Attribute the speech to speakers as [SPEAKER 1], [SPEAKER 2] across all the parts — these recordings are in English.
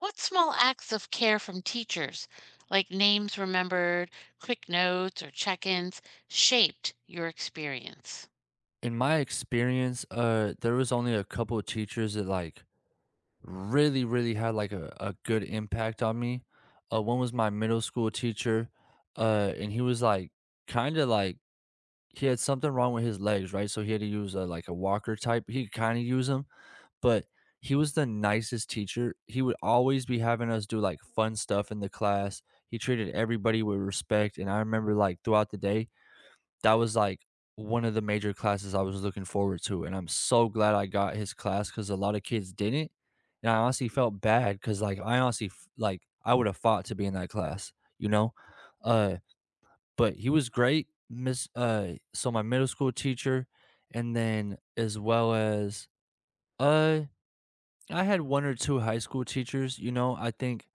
[SPEAKER 1] What small acts of care from teachers, like names remembered, quick notes, or check ins, shaped your experience?
[SPEAKER 2] In my experience, there was only a couple of teachers that really really had like a good impact on me. One was my middle school teacher, and he was kind of like he had something wrong with his legs, right? So he had to use like a walker type. He could kind of use them, but he was the nicest teacher. He would always be having us do like fun stuff in the class. He treated everybody with respect, and I remember like throughout the day, that was one of the major classes I was looking forward to, and I'm so glad I got his class because a lot of kids didn't, and I honestly felt bad because like, I honestly f like, I would've fought to be in that class, you know? Uh, but he was great, miss so my middle school teacher, and then as well as uh, I had 1 or 2 high school teachers, you know? I think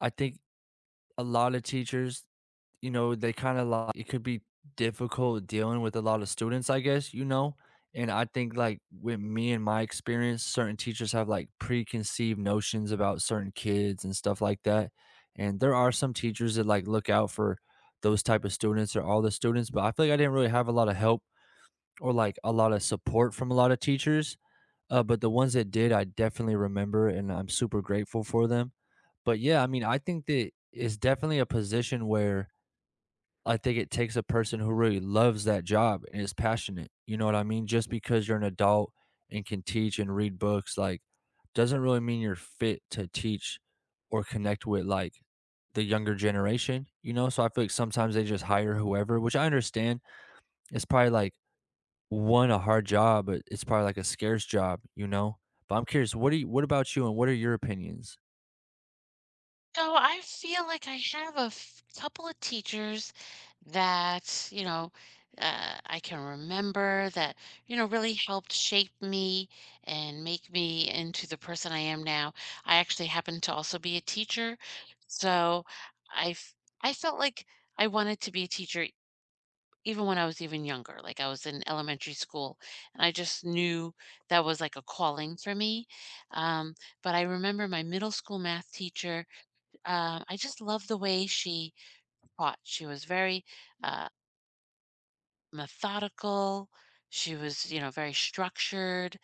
[SPEAKER 2] I think a lot of teachers you know, they kind of like it could be difficult dealing with a lot of students, I guess, you know. And I think like with me and my experience, certain teachers have like preconceived notions about certain kids and stuff like that. And there are some teachers that like look out for those type of students or all the students, but I feel like I didn't really have a lot of help or like a lot of support from a lot of teachers. But the ones that did, I definitely remember and I'm super grateful for them. But yeah, I mean, I think that it's definitely a position where I think it takes a person who really loves that job and is passionate. You know what I mean? Just because you're an adult and can teach and read books, like, doesn't really mean you're fit to teach or connect with, like, the younger generation, you know? So I feel like sometimes they just hire whoever, which I understand. It's probably like one, a hard job, but it's probably like a scarce job, you know? But I'm curious, what about you and what are your opinions?
[SPEAKER 1] So I feel like I have a couple of teachers that, I can remember that, really helped shape me and make me into the person I am now. I actually happen to also be a teacher. So I, f- I felt like I wanted to be a teacher. Even when I was even younger, like I was in elementary school, and I just knew that was like a calling for me. Um, but I remember my middle school math teacher. I just loved the way she taught. She was very uh, methodical. She was, you know, very structured.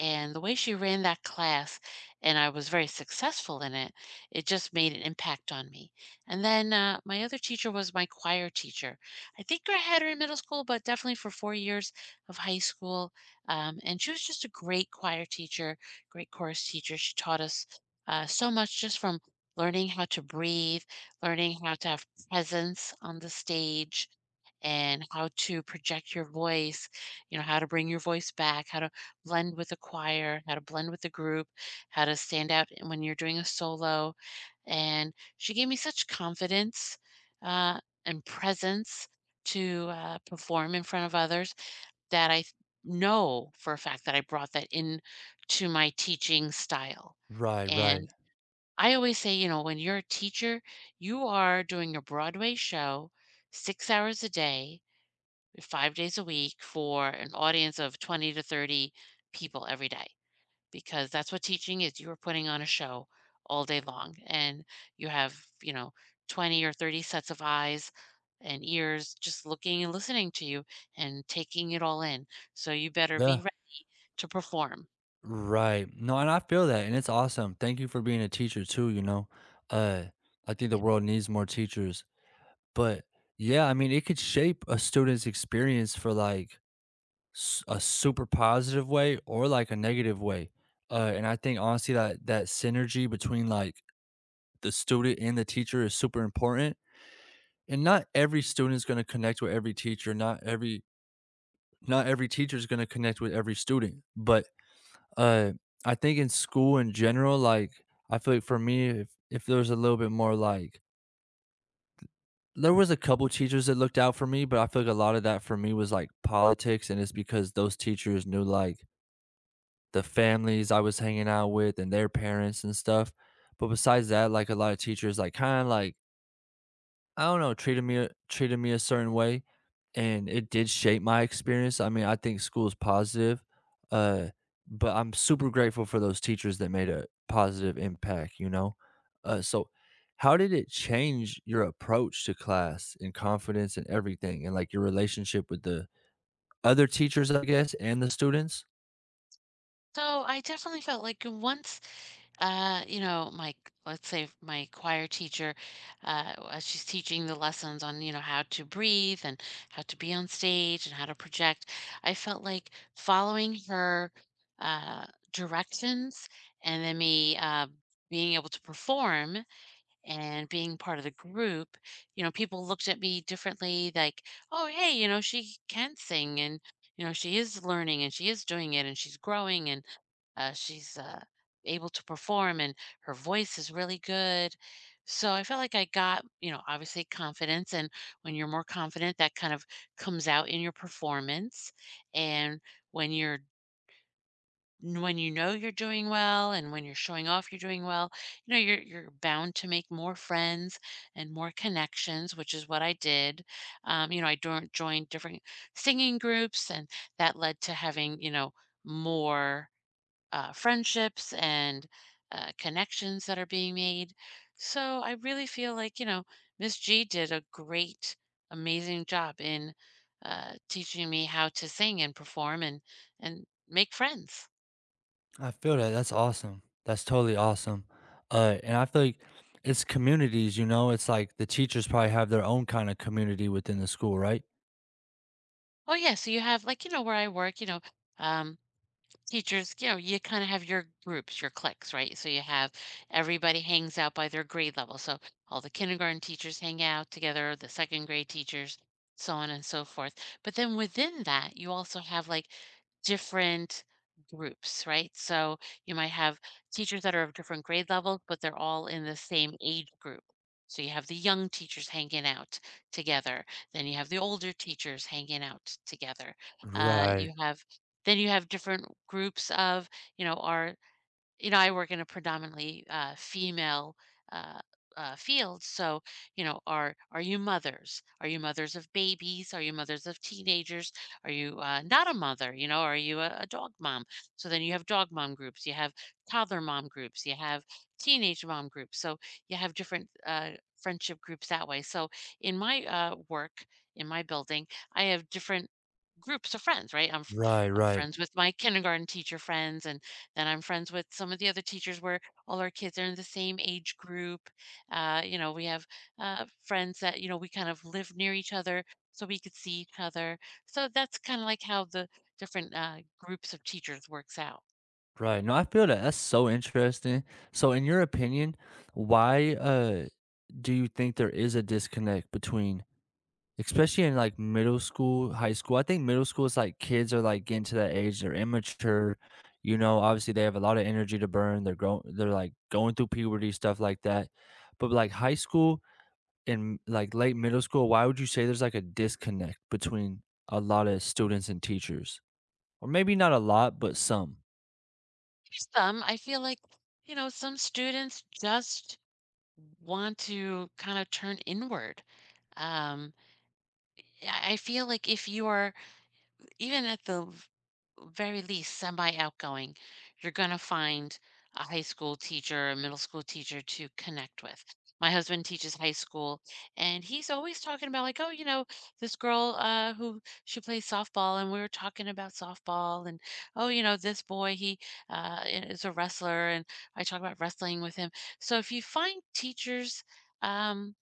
[SPEAKER 1] And the way she ran that class, and I was very successful in it, it just made an impact on me. And then my other teacher was my choir teacher. I think I had her in middle school, but definitely for 4 years of high school. And she was just a great choir teacher, great chorus teacher. She taught us so much, just from learning how to breathe, learning how to have presence on the stage, and how to project your voice, you know, how to bring your voice back, how to blend with a choir, how to blend with a group, how to stand out when you're doing a solo. And she gave me such confidence and presence to perform in front of others that I know for a fact that I brought that in to my teaching style.
[SPEAKER 2] Right, right.
[SPEAKER 1] And I always say, you know, when you're a teacher, you are doing a Broadway show 6 hours a day, 5 days a week, for an audience of 20 to 30 people every day, because that's what teaching is. You're putting on a show all day long, and you have, you know, 20 or 30 sets of eyes and ears just looking and listening to you and taking it all in. So you better be
[SPEAKER 2] Yeah.
[SPEAKER 1] ready to perform.
[SPEAKER 2] Right. No, and I feel that, and it's awesome. Thank you for being a teacher too, you know. Uh I think the world needs more teachers. But yeah, I mean, it could shape a student's experience for like a super positive way or like a negative way. And I think honestly that that synergy between like the student and the teacher is super important. And not every student's going to connect with every teacher, not every teacher is going to connect with every student, but Uh, I think in school in general, like, I feel like for me, if there was a little bit more like there was a couple teachers that looked out for me, but I feel like a lot of that for me was like politics, and it's because those teachers knew like the families I was hanging out with and their parents and stuff. But besides that, like a lot of teachers like kind of like I don't know, treated me a certain way, and it did shape my experience. I mean, I think school is positive, uh, but I'm super grateful for those teachers that made a positive impact, you know? So how did it change your approach to class and confidence and everything and like your relationship with the other teachers, I guess, and the students?
[SPEAKER 1] So I definitely felt like once, you know, my, let's say my choir teacher, as she's teaching the lessons on, you know, how to breathe and how to be on stage and how to project, I felt like following her uh, directions, and then me being able to perform and being part of the group, you know, people looked at me differently, like, oh, hey, you know, she can sing, and, you know, she is learning and she is doing it and she's growing and she's able to perform and her voice is really good. So I felt like I got, you know, obviously confidence. And when you're more confident, that kind of comes out in your performance. And when when you know you're doing well, and when you're showing off you're doing well, you know you're bound to make more friends and more connections, which is what I did. You know, I joined different singing groups, and that led to having, you know, more friendships and connections that are being made. So I really feel like, you know, Miss G did a great, amazing job in teaching me how to sing and perform and make friends.
[SPEAKER 2] I feel that. That's awesome. That's totally awesome. And I feel like it's communities, you know, it's like the teachers probably have their own kind of community within the school, right?
[SPEAKER 1] Oh, yeah, so you have like, you know, where I work, you know, um, teachers, you know, you kind of have your groups, your cliques, right? So you have, everybody hangs out by their grade level. So all the kindergarten teachers hang out together, the second grade teachers, so on and so forth. But then within that, you also have like different groups, right? So you might have teachers that are of different grade levels, but they're all in the same age group. So you have the young teachers hanging out together. Then you have the older teachers hanging out together.
[SPEAKER 2] Right,
[SPEAKER 1] You have, then you have different groups of, you know, are you know, I work in a predominantly, female, uh, field, so, you know, are you mothers? Are you mothers of babies? Are you mothers of teenagers? Are you, not a mother? You know, are you a dog mom? So then you have dog mom groups, you have toddler mom groups, you have teenage mom groups, so you have different, friendship groups that way. So in my, work, in my building, I have different groups of friends, right?
[SPEAKER 2] right,
[SPEAKER 1] I'm
[SPEAKER 2] right,
[SPEAKER 1] friends with my kindergarten teacher friends, and then I'm friends with some of the other teachers where all our kids are in the same age group. You know, we have friends that, you know, we kind of live near each other, so we could see each other. So that's kind of like how the different groups of teachers works out.
[SPEAKER 2] right. No, I feel that. That's so interesting. So, in your opinion, why do you think there is a disconnect between especially in, like, middle school, high school. I think middle school is, like, kids are, like, getting to that age, they're immature, you know, obviously, they have a lot of energy to burn, they're, like, going through puberty, stuff like that. But, like, high school and, like, late middle school, why would you say there's, like, a disconnect between a lot of students and teachers? Or maybe not a lot, but some.
[SPEAKER 1] Some. I feel like, you know, some students just want to kind of turn inward. Um, I feel like if you are, even at very least, semi outgoing, you're going to find a high school teacher, a middle school teacher to connect with. My husband teaches high school, and he's always talking about, like, oh, you know, this girl who, she plays softball, and we were talking about softball, and oh, you know, this boy, he is a wrestler, and I talk about wrestling with him. So if you find teachers, um,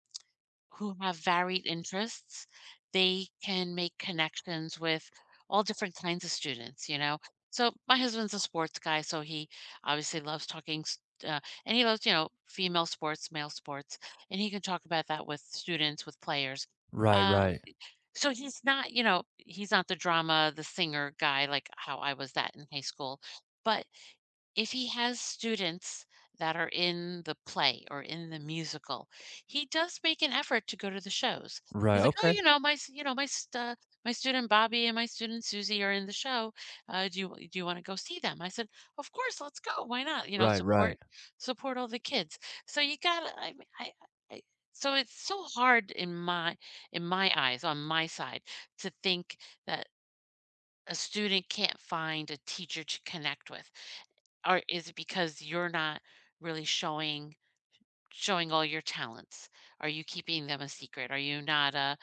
[SPEAKER 1] who have varied interests, they can make connections with all different kinds of students, you know? So my husband's a sports guy, so he obviously loves and he loves, you know, female sports, male sports, and he can talk about that with students, with players.
[SPEAKER 2] Right,
[SPEAKER 1] Uh,
[SPEAKER 2] right.
[SPEAKER 1] so he's not, you know, he's not the drama, the singer guy like how I was that in high school, but if he has students that are in the play or in the musical, he does make an effort to go to the shows.
[SPEAKER 2] Right,
[SPEAKER 1] He's like, "Oh,
[SPEAKER 2] okay.
[SPEAKER 1] you know, you know, my student Bobby and my student Susie are in the show. Do you do you want to go see them?" I said, "Of course, let's go. Why not? You know,
[SPEAKER 2] Right, right.
[SPEAKER 1] support all the kids." So you gotta, I mean, I so it's so hard in my, in my eyes, on my side to think that a student can't find a teacher to connect with? Or is it because you're not really showing all your talents? Are you keeping them a secret? Are you not uh,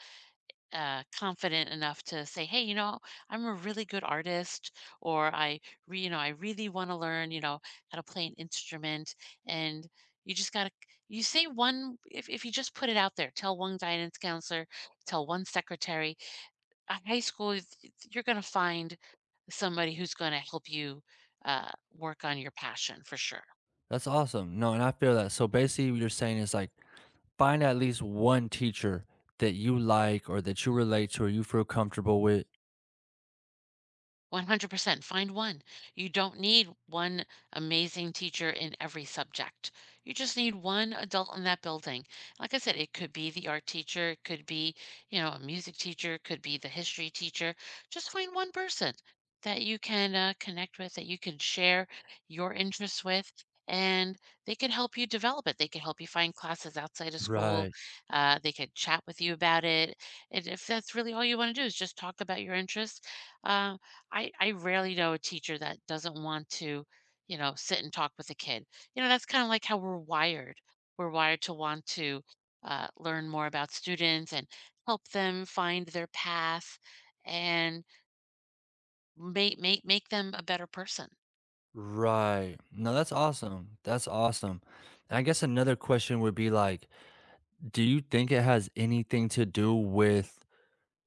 [SPEAKER 1] uh, confident enough to say, "Hey, you know, I'm a really good artist," or "I you know, I really want to learn, you know, how to play an instrument," and you just gotta, you say one, if you just put it out there, tell one guidance counselor, tell one secretary at high school, you're going to find somebody who's going to help you work on your passion for sure.
[SPEAKER 2] That's awesome. No, and I feel that. So, basically, what you're saying is, like, find at least one teacher that you like or that you relate to or you feel comfortable with.
[SPEAKER 1] 100%. Find one. You don't need one amazing teacher in every subject. You just need one adult in that building. Like I said, it could be the art teacher, it could be, you know, a music teacher, it could be the history teacher. Just find one person that you can connect with, that you can share your interests with, and they can help you develop it. They can help you find classes outside of school.
[SPEAKER 2] Right,
[SPEAKER 1] They could chat with you about it. And if that's really all you want to do is just talk about your interests, uh, I rarely know a teacher that doesn't want to, you know, sit and talk with a kid. You know, that's kind of like how we're wired. We're wired to want to learn more about students and help them find their path and make them a better person.
[SPEAKER 2] right. No, that's awesome. That's awesome. And I guess another question would be like, do you think it has anything to do with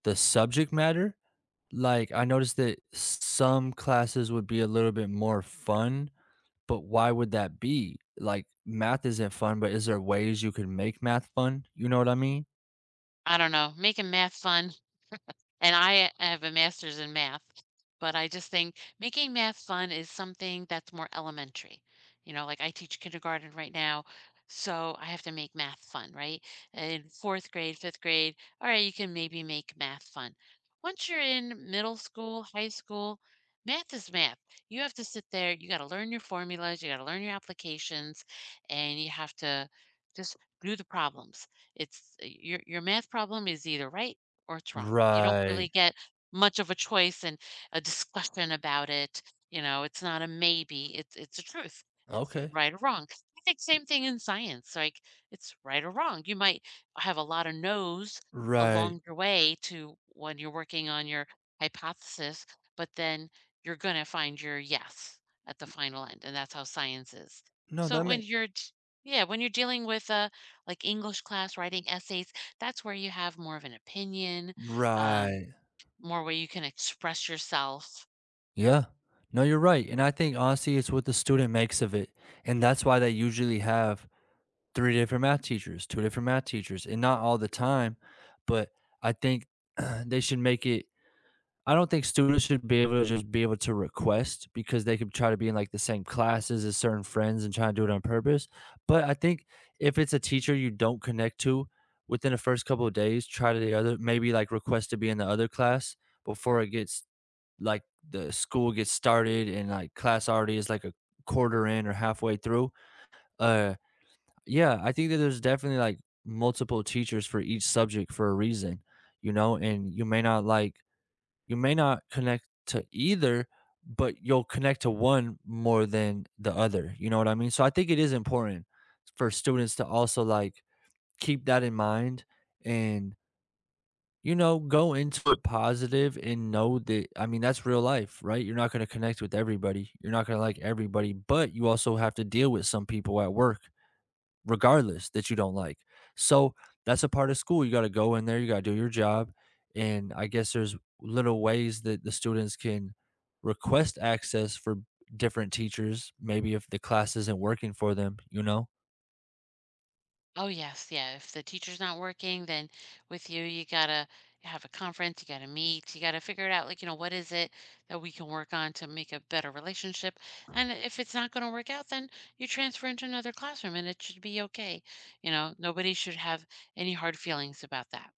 [SPEAKER 2] the subject matter? Like, I noticed that some classes would be a little bit more fun, but why would that be? Like, math isn't fun, but is there ways you can make math fun? You know what I mean?
[SPEAKER 1] I don't know, making math fun. And I have a master's in math, but I just think making math fun is something that's more elementary. You know, like I teach kindergarten right now, so I have to make math fun, right? In fourth grade, fifth grade, all right, you can maybe make math fun. Once you're in middle school, high school, math is math. You have to sit there, you got to learn your formulas, you got to learn your applications, and you have to just do the problems. It's your math problem is either right or it's wrong. You don't
[SPEAKER 2] Right.
[SPEAKER 1] really get much of a choice and a discussion about it. You know, it's not a maybe. It's a truth. It's
[SPEAKER 2] Okay.
[SPEAKER 1] right or wrong. I think same thing in science. Like it's right or wrong. You might have a lot of no's
[SPEAKER 2] Right.
[SPEAKER 1] along your way to when you're working on your hypothesis, but then you're gonna find your yes at the final end, and that's how science is.
[SPEAKER 2] No,
[SPEAKER 1] So
[SPEAKER 2] that
[SPEAKER 1] when
[SPEAKER 2] make
[SPEAKER 1] you're d- yeah, when you're dealing with like English class writing essays, that's where you have more of an opinion, um,
[SPEAKER 2] Right.
[SPEAKER 1] more where you can express yourself.
[SPEAKER 2] Yeah. No, you're right, and I think honestly it's what the student makes of it, and that's why they usually have 3 different math teachers, 2 different math teachers, and not all the time, but I think they should make it I don't think students should be able to just be able to request because they could try to be in, like, the same classes as certain friends and try to do it on purpose, but I think if it's a teacher you don't connect to within the first couple of days, try to the other maybe, like, request to be in the other class before it gets like the school gets started and like class already is like a quarter in or halfway through. Uh, yeah, I think that there's definitely like multiple teachers for each subject for a reason, you know, and you may not connect to either, but you'll connect to one more than the other. You know what I mean? So I think it is important for students to also like keep that in mind and you know, go into it positive and know that I mean, that's real life, right? You're not gonna connect with everybody. You're not gonna like everybody, but you also have to deal with some people at work, regardless, that you don't like. So that's a part of school. You gotta go in there, you gotta do your job. And I guess there's little ways that the students can request access for different teachers, maybe if the class isn't working for them, you know?
[SPEAKER 1] Oh, yes, yeah. If the teacher's not working, then with you, you gotta have a conference, you gotta meet, you gotta figure it out. Like, you know, what is it that we can work on to make a better relationship? And if it's not gonna work out, then you transfer into another classroom and it should be okay. You know, nobody should have any hard feelings about that.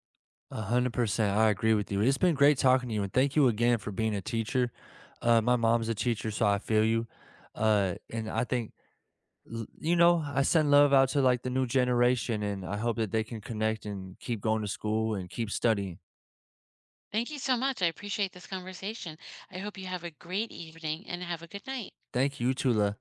[SPEAKER 2] 100%. I agree with you. It's been great talking to you, and thank you again for being a teacher. My mom's a teacher, so I feel you. And I think, you know, I send love out to like the new generation, and I hope that they can connect and keep going to school and keep studying.
[SPEAKER 1] Thank you so much. I appreciate this conversation. I hope you have a great evening and have a good night.
[SPEAKER 2] Thank you, Tula.